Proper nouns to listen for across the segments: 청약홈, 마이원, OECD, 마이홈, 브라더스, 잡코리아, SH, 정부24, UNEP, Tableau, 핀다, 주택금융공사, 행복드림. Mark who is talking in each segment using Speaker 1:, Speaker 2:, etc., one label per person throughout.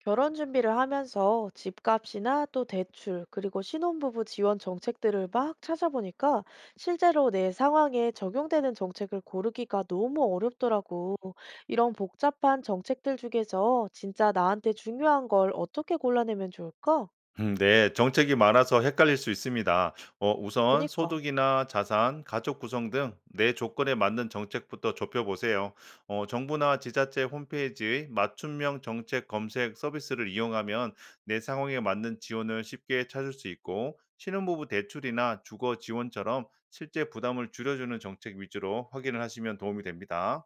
Speaker 1: 결혼 준비를 하면서 집값이나 또 대출, 그리고 신혼부부 지원 정책들을 막 찾아보니까 실제로 내 상황에 적용되는 정책을 고르기가 너무 어렵더라고. 이런 복잡한 정책들 중에서 진짜 나한테 중요한 걸 어떻게 골라내면 좋을까?
Speaker 2: 네. 정책이 많아서 헷갈릴 수 있습니다. 우선
Speaker 1: 그니까.
Speaker 2: 소득이나 자산, 가족 구성 등 내 조건에 맞는 정책부터 좁혀 보세요. 정부나 지자체 홈페이지의 맞춤형 정책 검색 서비스를 이용하면 내 상황에 맞는 지원을 쉽게 찾을 수 있고, 신혼부부 대출이나 주거 지원처럼 실제 부담을 줄여주는 정책 위주로 확인을 하시면 도움이 됩니다.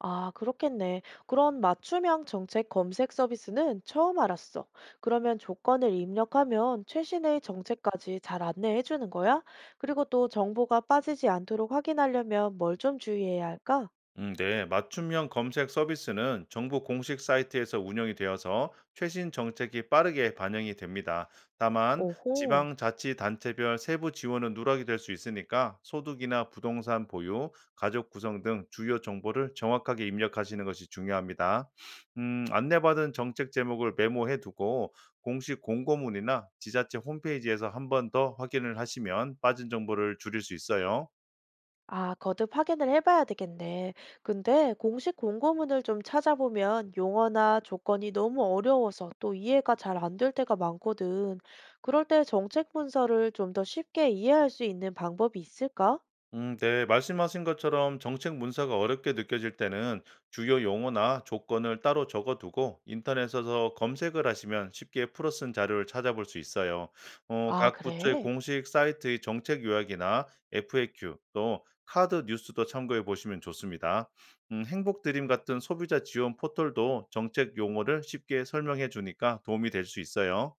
Speaker 1: 아, 그렇겠네. 그런 맞춤형 정책 검색 서비스는 처음 알았어. 그러면 조건을 입력하면 최신의 정책까지 잘 안내해 주는 거야? 그리고 또 정보가 빠지지 않도록 확인하려면 뭘 좀 주의해야 할까?
Speaker 2: 네. 맞춤형 검색 서비스는 정부 공식 사이트에서 운영이 되어서 최신 정책이 빠르게 반영이 됩니다. 다만,
Speaker 1: 오호.
Speaker 2: 지방자치단체별 세부 지원은 누락이 될 수 있으니까, 소득이나 부동산 보유, 가족 구성 등 주요 정보를 정확하게 입력하시는 것이 중요합니다. 안내받은 정책 제목을 메모해 두고 공식 공고문이나 지자체 홈페이지에서 한번 더 확인을 하시면 빠진 정보를 줄일 수 있어요.
Speaker 1: 아, 거듭 확인을 해봐야 되겠네. 근데 공식 공고문을 좀 찾아보면 용어나 조건이 너무 어려워서 또 이해가 잘 안 될 때가 많거든. 그럴 때 정책 문서를 좀 더 쉽게 이해할 수 있는 방법이 있을까?
Speaker 2: 네, 말씀하신 것처럼 정책 문서가 어렵게 느껴질 때는 주요 용어나 조건을 따로 적어두고 인터넷에서 검색을 하시면 쉽게 풀어 쓴 자료를 찾아볼 수 있어요.
Speaker 1: 아,
Speaker 2: 각 부처의
Speaker 1: 그래?
Speaker 2: 공식 사이트의 정책 요약이나 FAQ, 또 카드 뉴스도 참고해 보시면 좋습니다. 행복드림 같은 소비자 지원 포털도 정책 용어를 쉽게 설명해 주니까 도움이 될 수 있어요.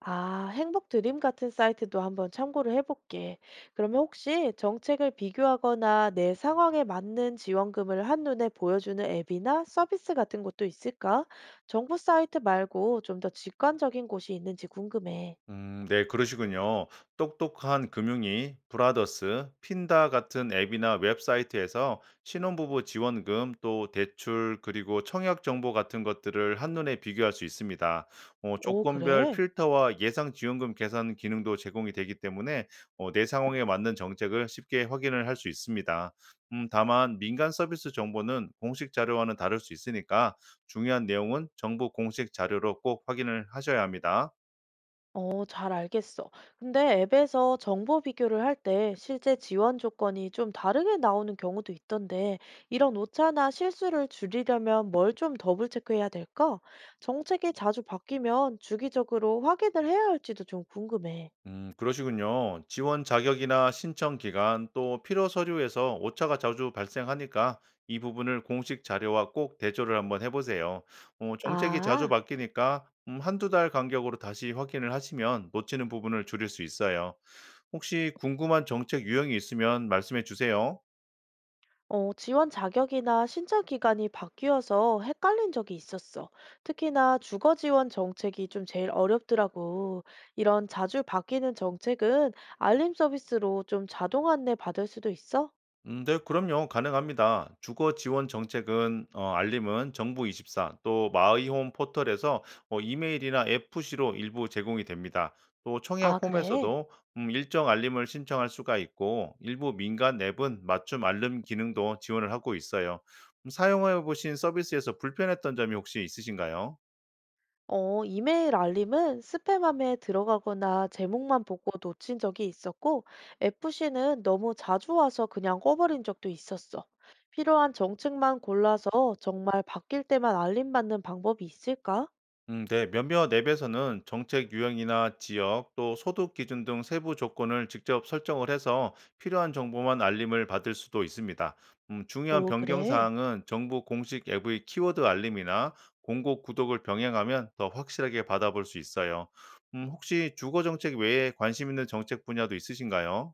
Speaker 1: 아, 행복 드림 같은 사이트도 한번 참고를 해볼게. 그러면 혹시 정책을 비교하거나 내 상황에 맞는 지원금을 한눈에 보여주는 앱이나 서비스 같은 것도 있을까? 정부 사이트 말고 좀 더 직관적인 곳이 있는지 궁금해.
Speaker 2: 네, 그러시군요. 똑똑한 금융이, 브라더스, 핀다 같은 앱이나 웹사이트에서 신혼부부 지원금, 또 대출, 그리고 청약 정보 같은 것들을 한눈에 비교할 수 있습니다.
Speaker 1: 오,
Speaker 2: 조건별
Speaker 1: 그래?
Speaker 2: 필터와 예상 지원금 계산 기능도 제공이 되기 때문에 내 상황에 맞는 정책을 쉽게 확인을 할 수 있습니다. 다만 민간 서비스 정보는 공식 자료와는 다를 수 있으니까 중요한 내용은 정부 공식 자료로 꼭 확인을 하셔야 합니다.
Speaker 1: 어, 잘 알겠어. 근데 앱에서 정보 비교를 할 때 실제 지원 조건이 좀 다르게 나오는 경우도 있던데, 이런 오차나 실수를 줄이려면 뭘 좀 더블 체크해야 될까? 정책이 자주 바뀌면 주기적으로 확인을 해야 할지도 좀 궁금해.
Speaker 2: 그러시군요. 지원 자격이나 신청 기간, 또 필요 서류에서 오차가 자주 발생하니까 이 부분을 공식 자료와 꼭 대조를 한번 해보세요. 정책이 자주
Speaker 1: 아.
Speaker 2: 바뀌니까 한두 달 간격으로 다시 확인을 하시면 놓치는 부분을 줄일 수 있어요. 혹시 궁금한 정책 유형이 있으면 말씀해 주세요.
Speaker 1: 어, 지원 자격이나 신청 기간이 바뀌어서 헷갈린 적이 있었어. 특히나 주거 지원 정책이 좀 제일 어렵더라고. 이런 자주 바뀌는 정책은 알림 서비스로 좀 자동 안내 받을 수도 있어?
Speaker 2: 네, 그럼요. 가능합니다. 주거 지원 정책은 알림은 정부24 또 마이홈 포털에서 이메일이나 FC로 일부 제공이 됩니다. 또
Speaker 1: 아,
Speaker 2: 청약
Speaker 1: 그래?
Speaker 2: 홈에서도 일정 알림을 신청할 수가 있고, 일부 민간 앱은 맞춤 알림 기능도 지원을 하고 있어요. 사용해 보신 서비스에서 불편했던 점이 혹시 있으신가요?
Speaker 1: 어, 이메일 알림은 스팸함에 들어가거나 제목만 보고 놓친 적이 있었고, FC는 너무 자주 와서 그냥 꺼버린 적도 있었어. 필요한 정책만 골라서 정말 바뀔 때만 알림 받는 방법이 있을까?
Speaker 2: 네. 몇몇 앱에서는 정책 유형이나 지역, 또 소득 기준 등 세부 조건을 직접 설정을 해서 필요한 정보만 알림을 받을 수도 있습니다. 중요한
Speaker 1: 오,
Speaker 2: 변경
Speaker 1: 그래.
Speaker 2: 사항은 정부 공식 앱의 키워드 알림이나 공고 구독을 병행하면 더 확실하게 받아볼 수 있어요. 혹시 주거 정책 외에 관심 있는 정책 분야도 있으신가요?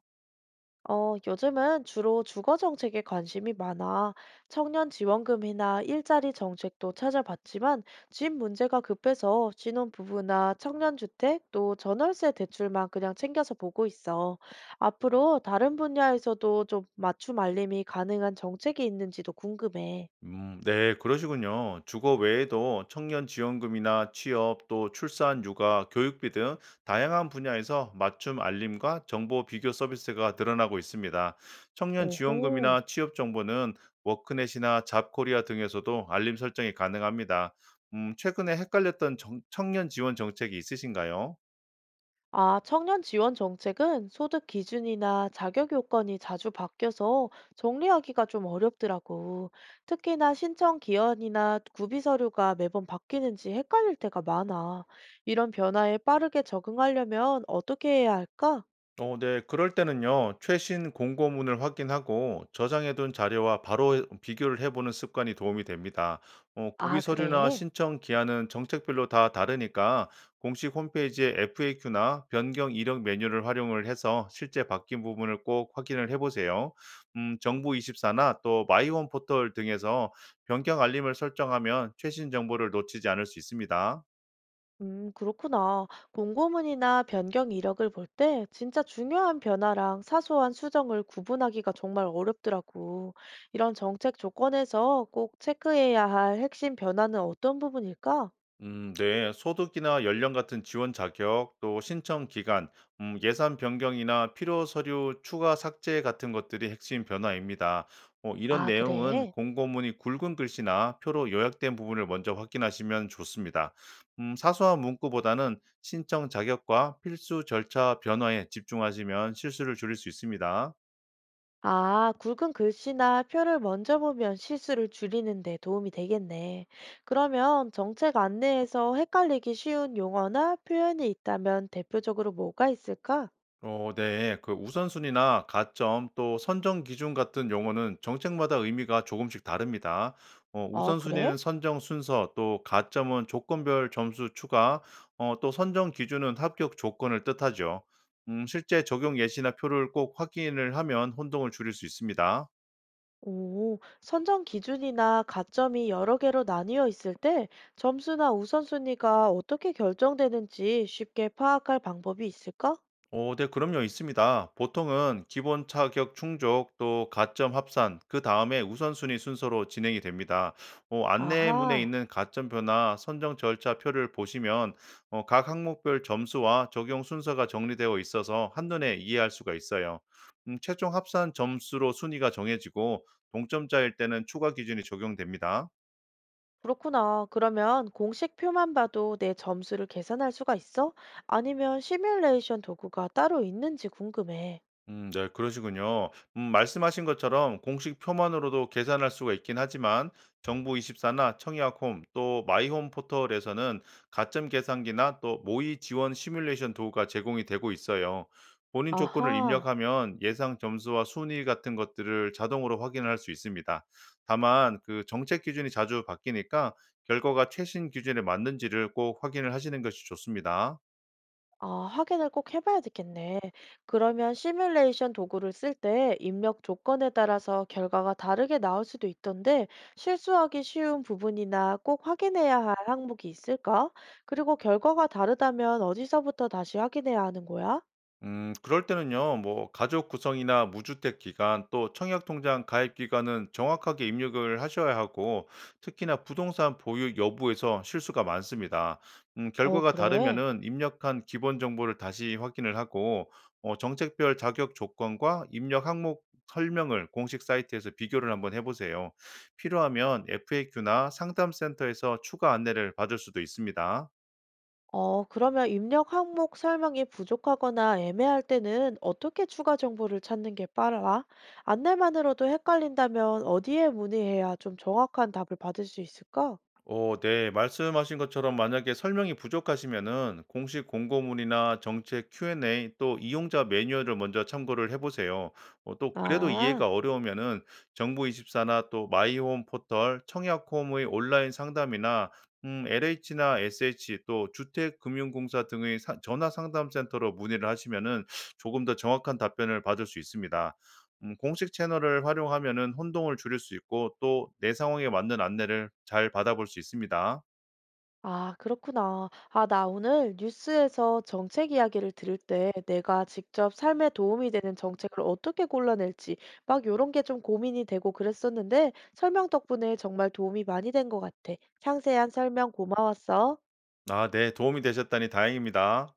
Speaker 1: 어, 요즘은 주로 주거 정책에 관심이 많아. 청년 지원금이나 일자리 정책도 찾아봤지만 집 문제가 급해서 신혼부부나 청년주택 또 전월세 대출만 그냥 챙겨서 보고 있어. 앞으로 다른 분야에서도 좀 맞춤 알림이 가능한 정책이 있는지도 궁금해.
Speaker 2: 네. 그러시군요. 주거 외에도 청년 지원금이나 취업, 또 출산, 육아, 교육비 등 다양한 분야에서 맞춤 알림과 정보 비교 서비스가 늘어나고 있습니다. 청년
Speaker 1: 오호.
Speaker 2: 지원금이나 취업 정보는 워크넷이나 잡코리아 등에서도 알림 설정이 가능합니다. 최근에 헷갈렸던 정 청년 지원 정책이 있으신가요?
Speaker 1: 아, 청년 지원 정책은 소득 기준이나 자격 요건이 자주 바뀌어서 정리하기가 좀 어렵더라고. 특히나 신청 기한이나 구비 서류가 매번 바뀌는지 헷갈릴 때가 많아. 이런 변화에 빠르게 적응하려면 어떻게 해야 할까?
Speaker 2: 어, 네. 그럴 때는요, 최신 공고문을 확인하고 저장해둔 자료와 바로 비교를 해보는 습관이 도움이 됩니다.
Speaker 1: 아,
Speaker 2: 구비 서류나
Speaker 1: 그래.
Speaker 2: 신청 기한은 정책별로 다 다르니까 공식 홈페이지에 FAQ나 변경 이력 메뉴를 활용을 해서 실제 바뀐 부분을 꼭 확인을 해보세요. 정부24나 또 마이원 포털 등에서 변경 알림을 설정하면 최신 정보를 놓치지 않을 수 있습니다.
Speaker 1: 그렇구나. 공고문이나 변경 이력을 볼 때 진짜 중요한 변화랑 사소한 수정을 구분하기가 정말 어렵더라고. 이런 정책 조건에서 꼭 체크해야 할 핵심 변화는 어떤 부분일까?
Speaker 2: 네. 소득이나 연령 같은 지원 자격, 또 신청 기간, 예산 변경이나 필요 서류 추가 삭제 같은 것들이 핵심 변화입니다. 이런
Speaker 1: 아,
Speaker 2: 내용은
Speaker 1: 그래.
Speaker 2: 공고문이 굵은 글씨나 표로 요약된 부분을 먼저 확인하시면 좋습니다. 사소한 문구보다는 신청 자격과 필수 절차 변화에 집중하시면 실수를 줄일 수 있습니다.
Speaker 1: 아, 굵은 글씨나 표를 먼저 보면 실수를 줄이는 데 도움이 되겠네. 그러면 정책 안내에서 헷갈리기 쉬운 용어나 표현이 있다면 대표적으로 뭐가 있을까?
Speaker 2: 어 네. 그 우선순위나 가점, 또 선정 기준 같은 용어는 정책마다 의미가 조금씩 다릅니다.
Speaker 1: 아, 그래?
Speaker 2: 우선순위는 선정 순서, 또 가점은 조건별 점수 추가, 또 선정 기준은 합격 조건을 뜻하죠. 실제 적용 예시나 표를 꼭 확인을 하면 혼동을 줄일 수 있습니다.
Speaker 1: 오, 선정 기준이나 가점이 여러 개로 나뉘어 있을 때 점수나 우선순위가 어떻게 결정되는지 쉽게 파악할 방법이 있을까?
Speaker 2: 오, 네, 그럼요, 있습니다. 보통은 기본 차격 충족, 또 가점 합산, 그 다음에 우선순위 순서로 진행이 됩니다. 안내문에
Speaker 1: 아하,
Speaker 2: 있는 가점 표나 선정 절차표를 보시면 각 항목별 점수와 적용 순서가 정리되어 있어서 한눈에 이해할 수가 있어요. 최종 합산 점수로 순위가 정해지고 동점자일 때는 추가 기준이 적용됩니다.
Speaker 1: 그렇구나. 그러면 공식표만 봐도 내 점수를 계산할 수가 있어? 아니면 시뮬레이션 도구가 따로 있는지 궁금해.
Speaker 2: 네, 그러시군요. 말씀하신 것처럼 공식 표만으로도 계산할 수가 있긴 하지만, 정부24나 청약홈, 또 마이홈 포털에서는 가점 계산기나 또 모의 지원 시뮬레이션 도구가 제공이 되고 있어요. 본인 조건을
Speaker 1: 아하.
Speaker 2: 입력하면 예상 점수와 순위 같은 것들을 자동으로 확인할 수 있습니다. 다만 그 정책 기준이 자주 바뀌니까 결과가 최신 기준에 맞는지를 꼭 확인을 하시는 것이 좋습니다.
Speaker 1: 아, 확인을 꼭 해봐야 되겠네. 그러면 시뮬레이션 도구를 쓸 때 입력 조건에 따라서 결과가 다르게 나올 수도 있던데 실수하기 쉬운 부분이나 꼭 확인해야 할 항목이 있을까? 그리고 결과가 다르다면 어디서부터 다시 확인해야 하는 거야?
Speaker 2: 그럴 때는요, 뭐, 가족 구성이나 무주택 기간, 또 청약통장 가입 기간은 정확하게 입력을 하셔야 하고, 특히나 부동산 보유 여부에서 실수가 많습니다.
Speaker 1: 어,
Speaker 2: 결과가
Speaker 1: 그래.
Speaker 2: 다르면은 입력한 기본 정보를 다시 확인을 하고, 정책별 자격 조건과 입력 항목 설명을 공식 사이트에서 비교를 한번 해보세요. 필요하면 FAQ나 상담센터에서 추가 안내를 받을 수도 있습니다.
Speaker 1: 어, 그러면 입력 항목 설명이 부족하거나 애매할 때는 어떻게 추가 정보를 찾는 게 빠르와? 안내만으로도 헷갈린다면 어디에 문의해야 좀 정확한 답을 받을 수 있을까?
Speaker 2: 어, 네. 말씀하신 것처럼 만약에 설명이 부족하시면은 공식 공고문이나 정책 Q&A, 또 이용자 매뉴얼을 먼저 참고를 해보세요. 또 그래도
Speaker 1: 아,
Speaker 2: 이해가 어려우면은 정부24나 또 마이홈 포털, 청약홈의 온라인 상담이나, LH나 SH, 또 주택금융공사 등의 전화 상담센터로 문의를 하시면은 조금 더 정확한 답변을 받을 수 있습니다. 공식 채널을 활용하면은 혼동을 줄일 수 있고, 또 내 상황에 맞는 안내를 잘 받아볼 수 있습니다.
Speaker 1: 아, 그렇구나. 아, 나 오늘 뉴스에서 정책 이야기를 들을 때 내가 직접 삶에 도움이 되는 정책을 어떻게 골라낼지 막 요런 게 좀 고민이 되고 그랬었는데 설명 덕분에 정말 도움이 많이 된 것 같아. 상세한 설명 고마웠어.
Speaker 2: 아 네. 도움이 되셨다니 다행입니다.